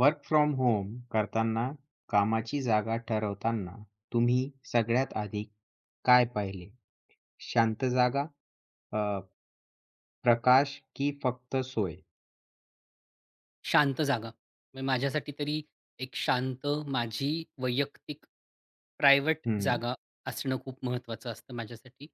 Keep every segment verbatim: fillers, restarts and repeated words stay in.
Work from home करताना कामाची जागा ठरवताना तुम्ही सगळ्यात आधी काय पाहिले? शांत जागा, अ, प्रकाश की फक्त सोय? शांत जागा. म्हणजे माझ्यासाठी तरी एक शांत माझी वैयक्तिक प्रायव्हेट हं, जागा असणं खूप महत्त्वाचं असतं माझ्यासाठी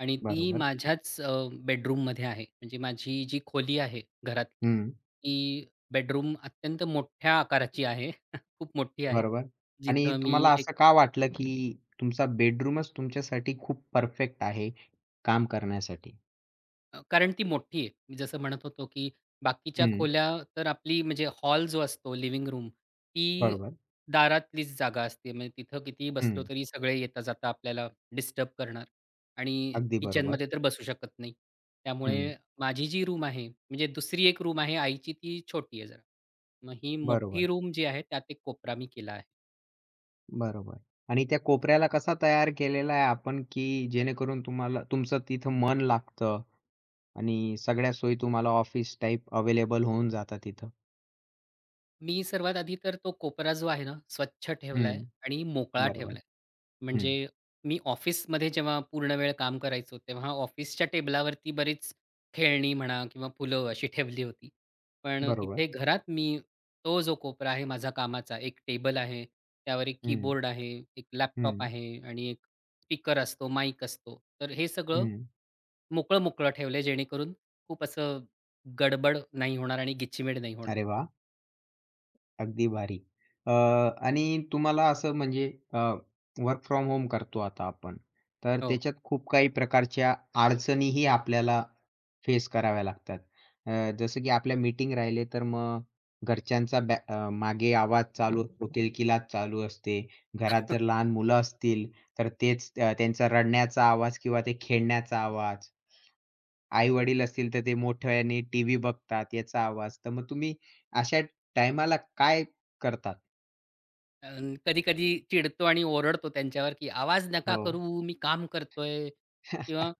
आणि ती बरोबर. माझ्याच अ, बेडरूममध्ये आहे. म्हणजे माझी जी खोली आहे घरातली, हं, ती बेडरूम अत्यंत मोठ्या आकाराची आहे. खूप मोठी आहे. बरोबर. आणि जिथं मी तुम्हाला एक असं का वाटलं, की तुमचा बेडरूमच तुमच्यासाठी खूप परफेक्ट आहे काम करण्यासाठी? अ, कारण ती मोठी आहे. मी जसं म्हणत होतो, की बाकीच्या हं, खोल्या तर आपली म्हणजे हॉल जो असतो लिव्हिंग रूम, ती बरोबर. दारातलीच जागा असते. म्हणजे तिथं कितीही बसलो हं, तरी सगळे येता-जाता आपल्याला डिस्टर्ब करणार आणि अगदी बरोबर. किचनमध्ये तर बसू शकत नाही. हं, त्यामुळे माझी जी रूम आहे, म्हणजे दुसरी एक रूम आहे आईची, ती छोटी आहे जरा. मग ही बरोबर. मोठी रूम जी आहे, त्यात एक कोपरा मी केला आहे. बरोबर. आणि त्या कोपऱ्याला कसा तयार केलेला आहे आपण, की जेणेकरून तुम्हाला तुमचं तिथं मन लागतं आणि सगळ्या सोयी तुम्हाला ऑफिस टाइप अवेलेबल होऊन जातात तिथं? मी सर्वात आधी तर तो कोपरा जो आहे ना, स्वच्छ ठेवलाय हं. आणि मोकळा बरोबर. ठेवलाय. हं. म्हणजे मी ऑफिसमध्ये जेव्हा पूर्ण वेळ काम करायचो, तेव्हा ऑफिसच्या टेबलावरती बरीच खेळणी म्हणा किंवा फुलं अशी ठेवली होती. पण बरोबर. इथे घरात मी तो जो कोपरा आहे माझा कामाचा, एक टेबल आहे, त्यावर एक हं, कीबोर्ड आहे, एक लॅपटॉप हं, आहे आणि एक स्पीकर असतो, माईक असतो. तर हे सगळं हं. मोकळं-मोकळं ठेवलंय जेणेकरून खूप असं गडबड नाही होणार आणि गिचमिड नाही होणार. अरे वाह! अगदी भारी. अ, आणि तुम्हाला असं म्हणजे वर्क फ्रॉम होम करतो आता आपण. तर हो. त्याच्यात खूप काही प्रकारच्या अडचणीही आपल्याला फेस कराव्या लागतात. अ, जसं की आपल्या मीटिंग राहिले तर मग घरच्यांचा बॅ अ, मागे आवाज चालू असतो, किलकिलाट चालू असते. घरात जर लहान मुलं असतील तर तेच अ, त्यांचा रडण्याचा आवाज किंवा ते खेळण्याचा आवाज आई-वडील असतील, तर ते मोठ्याने टीव्ही बघतात, याचा आवाज. तर मग तुम्ही अशा टाईमाला काय करतात? अं, कधी-कधी चिडतो आणि ओरडतो त्यांच्यावर, की "आवाज नका हो. करू, मी काम करतोय." किंवा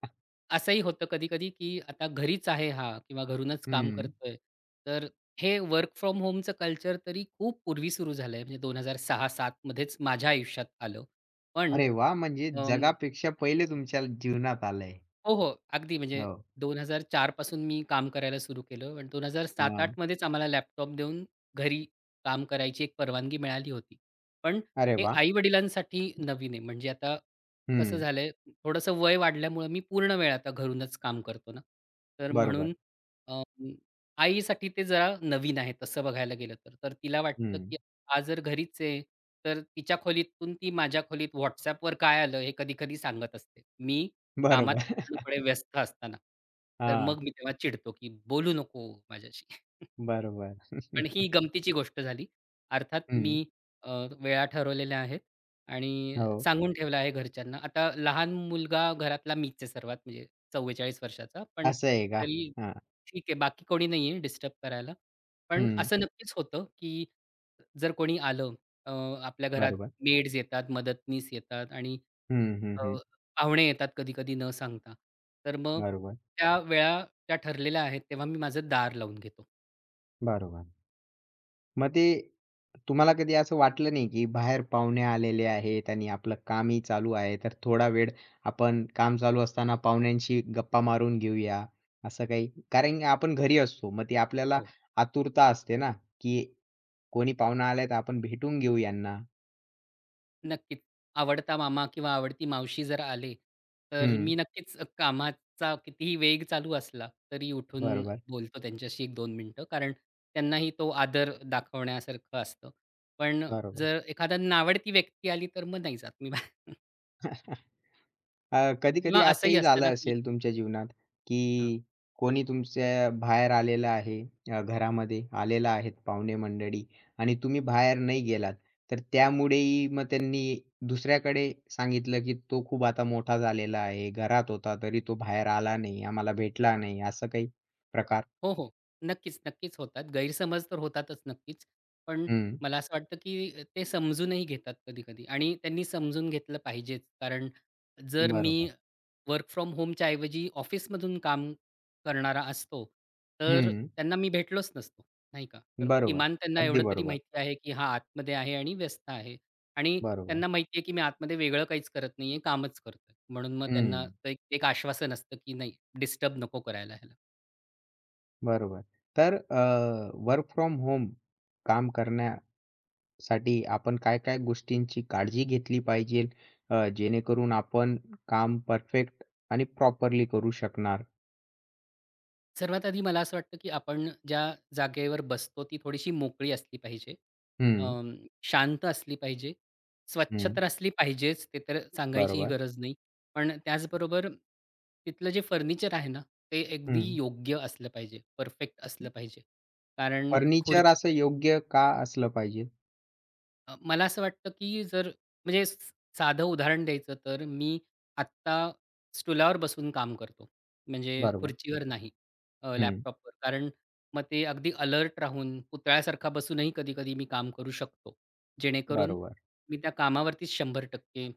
असंही होतं कधी-कधी, की आता घरीच आहे हा किंवा घरूनच काम हं. करतोय. तर हे वर्क फ्रॉम होमचं कल्चर तरी खूप पूर्वी सुरू झालंय, म्हणजे दोन हजार सहा-सात मध्येच माझ्या आयुष्यात आलं. पण अरे वा, म्हणजे जगापेक्षा पहिले तुमच्या जीवनात आलंय. हो, हो. अगदी म्हणजे हो. दोन हजार चार पासून मी काम करायला सुरू केलं आणि हां. दोन हजार सात-आठ मध्येच आम्हाला लॅपटॉप देऊन घरी काम करायची एक परवानगी मिळाली होती. पण अरे हे वा, आई-वडिलांसाठी नवीन आहे. म्हणजे आता कसं हं. झालंय, थोडंसं वय वाढल्यामुळं मी पूर्ण वेळ आता घरूनच काम करतो ना. तर बरोबर. म्हणून अ, आईसाठी ते जरा नवीन आहे तसं बघायला गेलं तर. तर तिला वाटतं, हं. की आज जर घरीच आहे, तर तिच्या खोलीतून ती माझ्या खोलीत WhatsAppवर काय आलं हे कधी-कधी सांगत असते. मी कामात बरोबर. पूर्णपणे व्यस्त असताना. तर हां. मग मी तेव्हा चिडतो, की बोलू नको माझ्याशी. बरोबर. पण ही गमतीची गोष्ट झाली. अर्थात हं. मी अ, वेळा ठरवलेल्या आहेत आणि हो. सांगून ठेवलं आहे घरच्यांना. आता लहान मुलगा घरातला मीच आहे सर्वात म्हणजे चव्वेचाळीस वर्षाचा. पण असं आहे का? तरी हां. ठीक आहे, बाकी कोणी नाहीये डिस्टर्ब करायला. पण हं. असं नक्कीच होतं, की जर कोणी आलं अ, आपल्या घरात बरोबर. मेड्स येतात, मदतनीस येतात आणि हं, हं, अ, हं. पाहुणे येतात कधी-कधी न सांगता. तर मग बरोबर. त्या वेळा त्या ठरलेल्या आहेत, तेव्हा मी माझं दार लावून घेतो. बरोबर. मग ते तुम्हाला कधी असं वाटलं नाही, की बाहेर पाहुणे आलेले आहेत आणि आपलं कामही चालू आहे, तर थोडा वेळ आपण काम चालू असताना पाहुण्यांशी गप्पा मारून घेऊया, असं काही? कारण की आपण घरी असतो, मग ती आपल्याला हो, आतुरता असते ना, की कोणी पाहुणा आलाय, तर आपण भेटून घेऊ यांना. नक्कीच. आवडता मामा किंवा आवडती मावशी जर आले, तर हं. मी नक्कीच कामाचा कितीही वेग चालू असला, तरी उठून बरोबर, बोलतो त्यांच्याशी एक दोन मिनिटं. कारण त्यांनाही तो आदर दाखवण्यासारखं असतं. पण बरोबर. जर एखादा नावडती व्यक्ती आली, तर मग नाही जात मी. अ, किंवा कधी-कधी असंही असंही असतं ना. झालं असेल तुमच्या जीवनात, हां. की कोणी तुमच्या बाहेर आलेलं आहे, अ, घरामध्ये आलेलं आहेत पाहुणे मंडळी आणि तुम्ही बाहेर नाही गेलात. तर त्यामुळेही मग त्यांनी दुसऱ्याकडे सांगितलं, की तो खूप आता मोठा झालेला आहे. घरात होता तरी तो बाहेर आला नाही, आम्हाला भेटला नाही. असं काही प्रकार? हो, हो. नक्कीच, नक्कीच होतात. गैरसमज तर होतातच नक्कीच. पण हं. मला असं वाटतं, की ते समजूनही घेतात कधी-कधी आणि त्यांनी समजून घेतलं पाहिजेच. कारण जर मी बरोबर. वर्क फ्रॉम होमच्या ऐवजी ऑफिसमधून काम करणारा असतो, तर हं. त्यांना मी भेटलोच नसतो, नाही का? तर बरोबर. किमान त्यांना अगदी एवढं तरी बरोबर. माहिती आहे, की हा आतमध्ये आहे आणि व्यस्त आहे. आणि बरोबर. त्यांना माहिती आहे, की मी आतमध्ये वेगळं काहीच करत नाहीये, कामच करतोय. म्हणून मग हं. त्यांना एक एक आश्वासन असतं, की नाही डिस्टर्ब नको करायला ह्याला. बरोबर. तर अ, वर्क फ्रॉम होम काम करण्या साठी आपण काय-काय गोष्टींची काळजी घेतली पाहिजे अ, जेणेकरून आपण काम परफेक्ट आणि प्रॉपरली करू शकणार? सर्वात आधी मला असं वाटतं, की आपण ज्या जागेवर बसतो ती थोडीशी मोकळी असली पाहिजे. हं, अं, शांत असली पाहिजे. स्वच्छ हं. तर असली पाहिजेच, ते तर सांगायचीही बरोबर. गरज नाही. पण त्याचबरोबर तिथलं जे फर्निचर आहे ना, ते अगदी हं. योग्य असलं पाहिजे, परफेक्ट असलं पाहिजे. कारण फर्निचर खुर्ची असं योग्य का असलं पाहिजे? अ, मला असं वाटतं की जर म्हणजे स- साधं उदाहरण द्यायचं तर मी आत्ता स्टुलावर बसून काम करतो म्हणजे बरोबर. खुर्चीवर नाही अ, हं. लॅपटॉपवर. कारण मग ते अगदी अलर्ट राहून पुतळ्यासारखा बसूनही कधी कधी मी काम करू शकतो जेणेकरून बरोबर. मी त्या कामावरतीच शंभर टक्के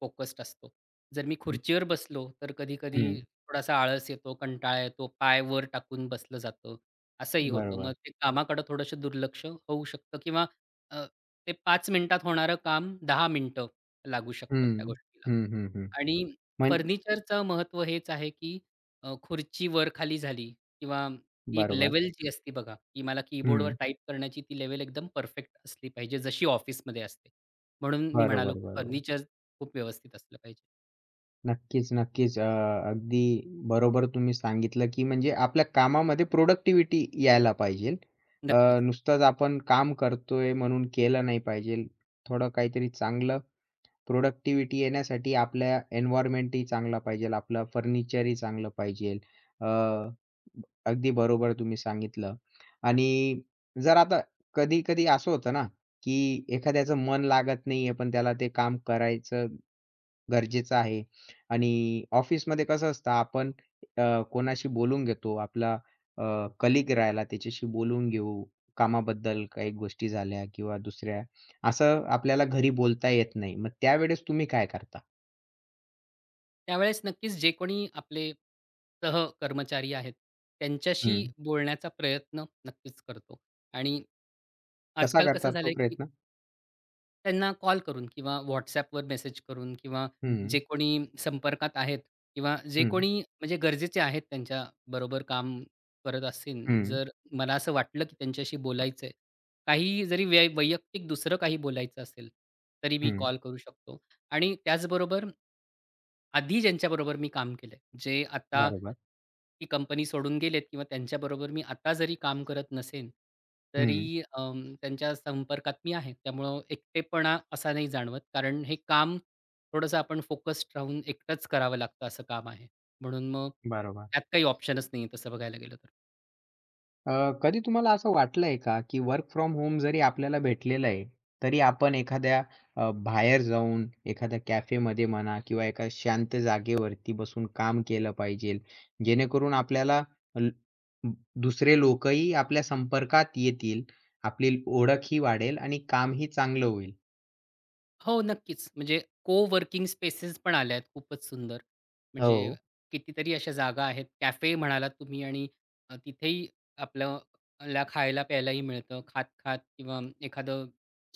फोकस्ड असतो. जर मी खुर्चीवर बसलो तर कधी कधी हं. थोडासा आळस येतो, कंटाळा येतो, पाय वर टाकून बसलं जातं असंही होतं. बरोबर. मग ते कामाकडे थोडंसं दुर्लक्ष होऊ शकतं किंवा अ, ते पाच मिनिटात होणारं काम दहा मिनिटं लागू शकतात त्या हं. गोष्टीला. हं, हं, हं. आणि म्हण फर्निचरचं महत्त्व हेच आहे, की अ, खुर्ची वर-खाली झाली किंवा ती एक बरोबर. लेव्हल जी असते बघा, की मला कीबोर्डवर हं. टाइप करण्याची ती लेवल एकदम परफेक्ट असली पाहिजे, जशी ऑफिसमध्ये असते. म्हणून मी म्हणालो, बरोबर, की बरोबर. फर्निचर खूप व्यवस्थित असलं पाहिजे. नक्कीच, नक्कीच. अ, अगदी बरोबर तुम्ही सांगितलं, की म्हणजे आपल्या कामामध्ये प्रॉडक्टिव्हिटी यायला पाहिजे. अ, नक्कीच. नुसतंच आपण काम करतोय म्हणून केलं नाही पाहिजे. थोडं काहीतरी चांगलं प्रॉडक्टिव्हिटी येण्यासाठी आपल्या एन्व्हायर्नमेंटही चांगला पाहिजे, आपलं फर्निचरही चांगलं पाहिजे. अ, अगदी बरोबर तुम्ही सांगितलं. आणि जर आता कधी-कधी असं होतं ना, की एखाद्याचं मन लागत नाहीये, पण त्याला ते काम करायचं गरजेचं आहे. आणि ऑफिसमध्ये कसं असतं आपण अ, कोणाशी बोलून घेतो. आपला अ, कलीग राहिला त्याच्याशी बोलून घेऊ. कामाबद्दल काही गोष्टी झाल्या किंवा दुसऱ्या. असं आपल्याला घरी बोलता येत नाही. मग त्यावेळेस तुम्ही काय करता? त्यावेळेस नक्कीच जे कोणी आपले सहकर्मचारी आहेत, त्यांच्याशी हं. बोलण्याचा प्रयत्न नक्कीच करतो. आणि कसा आजकाल कसं करतात तो झालंय, की प्रयत्न? त्यांना कॉल करून किंवा WhatsAppवर मेसेज करून किंवा जे हं, कोणी संपर्कात आहेत किंवा जे हं, कोणी म्हणजे गरजेचे आहेत त्यांच्या बरोबर काम करत असेन, हं, जर मला असं वाटलं की त्यांच्याशी बोलायचंय. काही जरी वै वैयक्तिक दुसरं काही बोलायचं असेल, तरी मी हं. कॉल करू शकतो. आणि त्याचबरोबर आधी ज्यांच्याबरोबर मी काम केलंय, जे आता बरोबर. ती कंपनी सोडून गेलेत किंवा त्यांच्याबरोबर मी आता जरी काम करत नसेन, हं, तरी अं, त्यांच्या संपर्कात मी आहे. त्यामुळं एकटेपणा असा नाही जाणवत. कारण हे काम थोडंसं आपण फोकस्ड राहून एकटंच करावं लागतं असं काम आहे. म्हणून मग बरोबर. त्यात काही ऑप्शनच नाहीये तसं बघायला गेलं तर. अ, कधी तुम्हाला असं वाटलंय का, की वर्क फ्रॉम होम जरी आपल्याला भेटलेलं आहे, तरी आपण एखाद्या अ, बाहेर जाऊन, एखाद्या कॅफेमध्ये म्हणा किंवा एका शांत जागेवरती बसून काम केलं पाहिजे, जेणेकरून आपल्याला ल दुसरे लोकही आपल्या संपर्कात येतील, आपली ओळखही वाढेल आणि कामही चांगलं होईल? हो, नक्कीच. म्हणजे को-वर्किंग स्पेसेस पण आल्या आहेत खूपच सुंदर. म्हणजे हो, कितीतरी अशा जागा आहेत. कॅफे म्हणालात तुम्ही आणि अ, तिथेही आपलं ला खायला-प्यायलाही मिळतं. खात-खात किंवा एखादं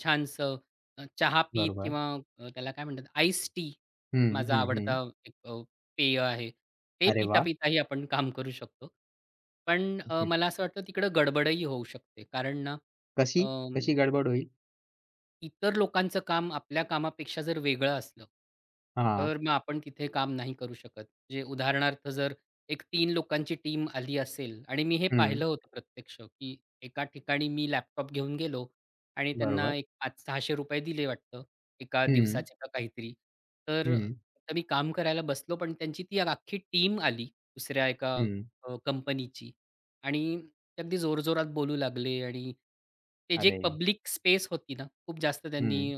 छानसं अ, चहा पीत बरोबर. किंवा अ, त्याला काय म्हणतात आईस टी. हं, माझा हं, हं. आवडता एक अ, पेय आहे. ते अरे वाह! पिता-पिताही आपण काम करू शकतो. पण अ, हं. मला असं वाटतं तिकडं गडबडही होऊ शकते. कारण ना कशी? कशी गडबड होईल? इतर लोकांचं काम आपल्या कामापेक्षा जर वेगळं असलं, हां. तर मग आपण तिथे काम नाही करू शकत. म्हणजे उदाहरणार्थ जर एक तीन लोकांची टीम आली असेल आणि मी हे हं. पाहिलं होतं प्रत्यक्ष, की एका ठिकाणी मी लॅपटॉप घेऊन गेलो आणि त्यांना बरोबर. एक ₹पाचशे सहाशे रुपये दिले वाटतं, एका हं, दिवसाचे का काहीतरी. तर हं, तर मी काम करायला बसलो, पण त्यांची ती अख्खी टीम आली दुसऱ्या एका हं. अ, कंपनीची आणि ते अगदी जोरजोरात बोलू लागले आणि ते जे एक अरे! पब्लिक स्पेस होती ना, खूप जास्त त्यांनी हं.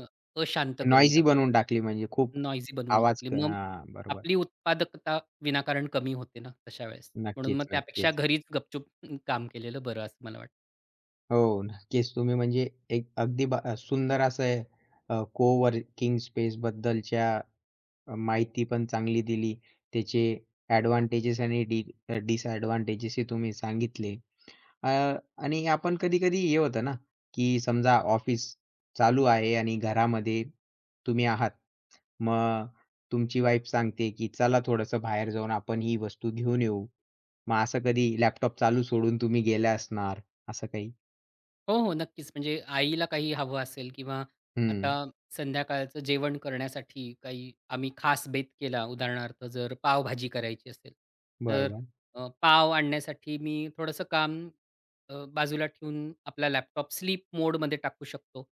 अशांत करून नॉइजी टाकली. बनवून टाकली म्हणजे खूप नॉइजी बनवून आवाज टाकली. क मग हां, बरोबर. आपली उत्पादकता विनाकारण कमी होते ना, तशा वेळेस. म्हणून मग नक्कीच, त्यापेक्षा नक्कीच. घरीच गपचूप काम केलेलं बरं असं मला वाटतं. हो, नक्कीच. तुम्ही म्हणजे एक अगदी ब अ, सुंदर असं आहे अ, कोवर्किंग स्पेसबद्दलच्या अ, माहिती पण चांगली दिली. त्याचे ॲडव्हांटेजेस आणि डि अ, डिसॲडव्हांटेजेस हे तुम्ही सांगितले. अ, आणि आपण कधी-कधी हे होतं ना, की समजा ऑफिस चालू आहे आणि घरामध्ये तुम्ही आहात. मग तुमची वाईफ सांगते, की "चला थोडंसं बाहेर जाऊन आपण ही वस्तू घेऊन येऊ." मग असं कधी लॅपटॉप चालू सोडून तुम्ही गेल्या असणार, असं काही? हो, हो. नक्कीच. म्हणजे आईला काही हवं असेल किंवा आता हं. संध्याकाळचं जेवण करण्यासाठी काही आम्ही खास बेत केला. उदाहरणार्थ जर पावभाजी करायची असेल, तर बरोबर, अ, पाव आणण्यासाठी मी थोडंसं काम अ, बाजूला ठेवून आपला लॅपटॉप स्लीप मोडमध्ये टाकू शकतो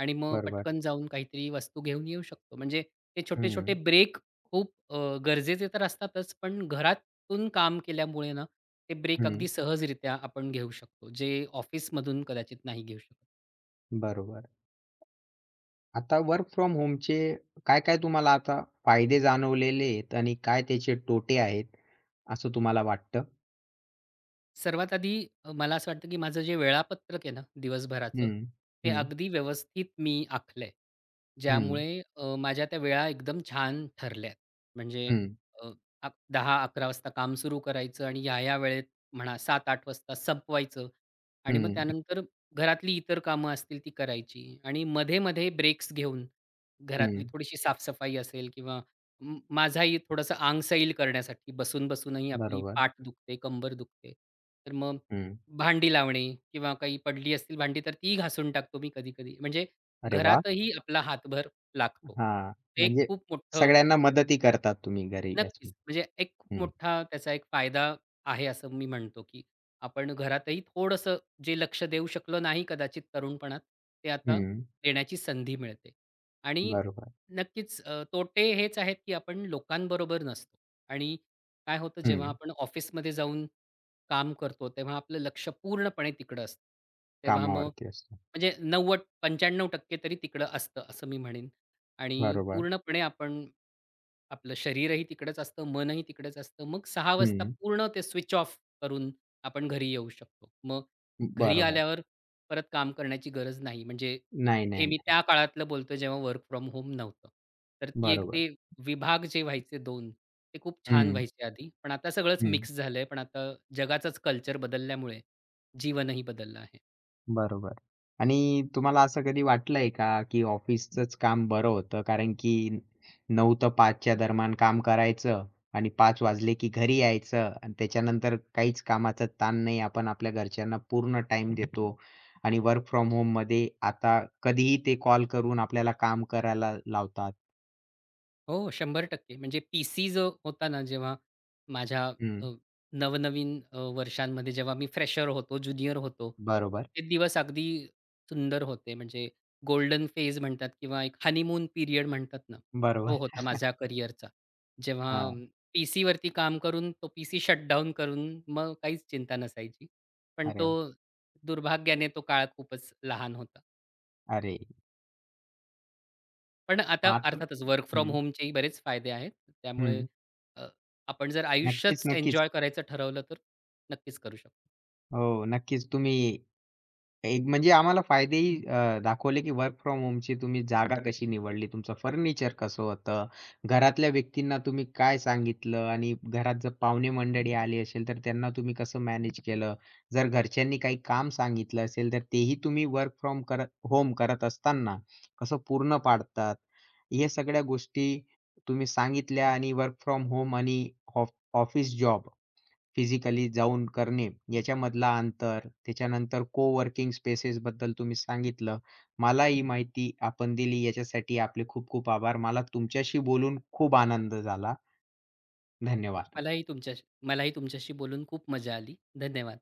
आणि मग बरोबर. पटकन जाऊन काहीतरी वस्तू घेऊन येऊ शकतो. म्हणजे ते छोटे-छोटे हं, ब्रेक खूप अ, गरजेचे तर असतातच, पण घरातून काम केल्यामुळे ना, ते ब्रेक हं. अगदी सहजरित्या आपण घेऊ शकतो, जे ऑफिसमधून कदाचित नाही घेऊ शकत. बरोबर. आता वर्क फ्रॉम होमचे काय-काय तुम्हाला आता फायदे जाणवलेले आहेत आणि काय त्याचे तोटे आहेत, असं तुम्हाला वाटतं? सर्वात आधी अ, मला असं वाटतं, की माझं जे वेळापत्रक आहे ना दिवसभराचं, हं, ते हं, अगदी व्यवस्थित मी आखलंय. हं, ज्यामुळे अ, माझ्या त्या वेळा एकदम छान ठरल्यात. म्हणजे हं, अ, अक दहा अकरा वाजता काम सुरू करायचं आणि या-या वेळेत म्हणा सात आठ वाजता संपवायचं आणि मग हं, त्यानंतर घरातली इतर कामं असतील ती करायची आणि मध्ये-मध्ये ब्रेक्स घेऊन घरातली हं. थोडीशी साफसफाई असेल किंवा म माझाही थोडंसं अंग सैल करण्यासाठी बसून-बसूनही आपली बरोबर. पाठ दुखते, कंबर दुखते. तर मग हं. भांडी लावणे किंवा काही पडली असतील भांडी तर ती घासून टाकतो मी कधी-कधी. म्हणजे अरे वाह! घरातही आपला हातभर लागतो. हां. ते एक म्हणजे खूप मोठं सगळ्यांना मदतही करतात तुम्ही घरी असून. नक्कीच, म्हणजे एक खूप हं, मोठा त्याचा एक फायदा आहे असं मी म्हणतो, की आपण घरातही थोडंसं जे लक्ष देऊ शकलो नाही कदाचित तरुणपणात, ते आता हं. देण्याची संधी मिळते. आणि बरोबर. नक्कीच अ, तोटे हेच आहेत, की आपण लोकांबरोबर नसतो. आणि काय होतं जेव्हा हं. आपण ऑफिसमध्ये जाऊन काम करतो, तेव्हा आपलं लक्ष पूर्णपणे तिकडं असतं. तेव्हा मग कामावरती असतो. म्हणजे नव्वद-पंच्याण्णव टक्के तरी तिकडं असतं, असं मी म्हणेन. आणि बरोबर. पूर्णपणे आपण आपलं शरीरही तिकडेच असतं, मनही तिकडेच असतं. मग सहा वाजता हं. पूर्ण ते स्विच ऑफ करून आपण घरी येऊ शकतो. मग घरी बरोबर. आल्यावर परत काम करण्याची गरज नाही. म्हणजे नाही, हे नाही, मी नाही. त्या काळातलं बोलतोय जेव्हा वर्क फ्रॉम होम नव्हतं. तर ती एक बरोबर. ते विभाग जे व्हायचे दोन ते खूप छान हं, व्हायचे आधी. पण आता सगळंच हं. मिक्स झालंय. पण आता जगाचंच कल्चर बदलल्यामुळे जीवनही बदललं आहे. बरोबर. आणि तुम्हाला असं कधी वाटलंय का, की ऑफिसचंच काम बरं होतं? कारण की नऊ ते पाच च्या दरम्यान काम करायचं आणि पाच वाजले की घरी यायचं आणि त्याच्यानंतर काहीच कामाचा ताण नाही. आपण आपल्या घरच्यांना पूर्ण टाइम देतो आणि वर्क फ्रॉम होममध्ये आता कधीही ते कॉल करून आपल्याला काम करायला लावतात. हो, शंभर टक्के म्हणजे पीसी जो होता ना, जेव्हा माझ्या हं. अ, नवनवीन अ, वर्षांमध्ये जेव्हा मी फ्रेशर होतो, ज्युनियर होतो, बरोबर, ते दिवस अगदी सुंदर होते. म्हणजे गोल्डन फेज म्हणतात किंवा एक हनीमून पिरियड म्हणतात ना, तो बरोबर. होता माझ्या करिअरचा. जेव्हा हां. अं, पीसीवरती काम करून तो पीसी शटडाउन करून मग काहीच चिंता नसायची. पण अरे तो वाह! दुर्भाग्याने तो काळ खूपच लहान होता. अरे! पण आता आता अर्थातच वर्क फ्रॉम हं, होमचेही बरेच फायदे आहेत. त्यामुळे हं. अ, आपण जर नक्कीच, आयुष्यच नक्कीच. एन्जॉय करायचं ठरवलं तर नक्कीच करू शकतो. हो, नक्कीच. तुम्ही एक म्हणजे आम्हाला फायदेही अ, दाखवले, की वर्क फ्रॉम होमची तुम्ही जागा कशी निवडली, तुमचं फर्निचर कसं होतं, घरातल्या व्यक्तींना तुम्ही काय सांगितलं आणि घरात जर पाहुणे मंडळी आली असेल, तर त्यांना तुम्ही कसं मॅनेज केलं. जर घरच्यांनी काही काम सांगितलं असेल, तर तेही तुम्ही वर्क फ्रॉम करत होम करत असताना कसं पूर्ण पाडतात. या सगळ्या गोष्टी तुम्ही सांगितल्या आणि वर्क फ्रॉम होम आणि ऑफिस जॉब फिजिकली जाऊन करणे याच्यामधला अंतर, त्याच्यानंतर कोवर्किंग स्पेसेस बद्दल तुम्ही सांगितलं. मला ही माहिती आपण दिली याच्यासाठी आपले खूप खूप आभार. मला तुमच्याशी बोलून खूप आनंद झाला. धन्यवाद. मलाही तुमच्याशी मलाही तुमच्याशी बोलून खूप मजा आली. धन्यवाद.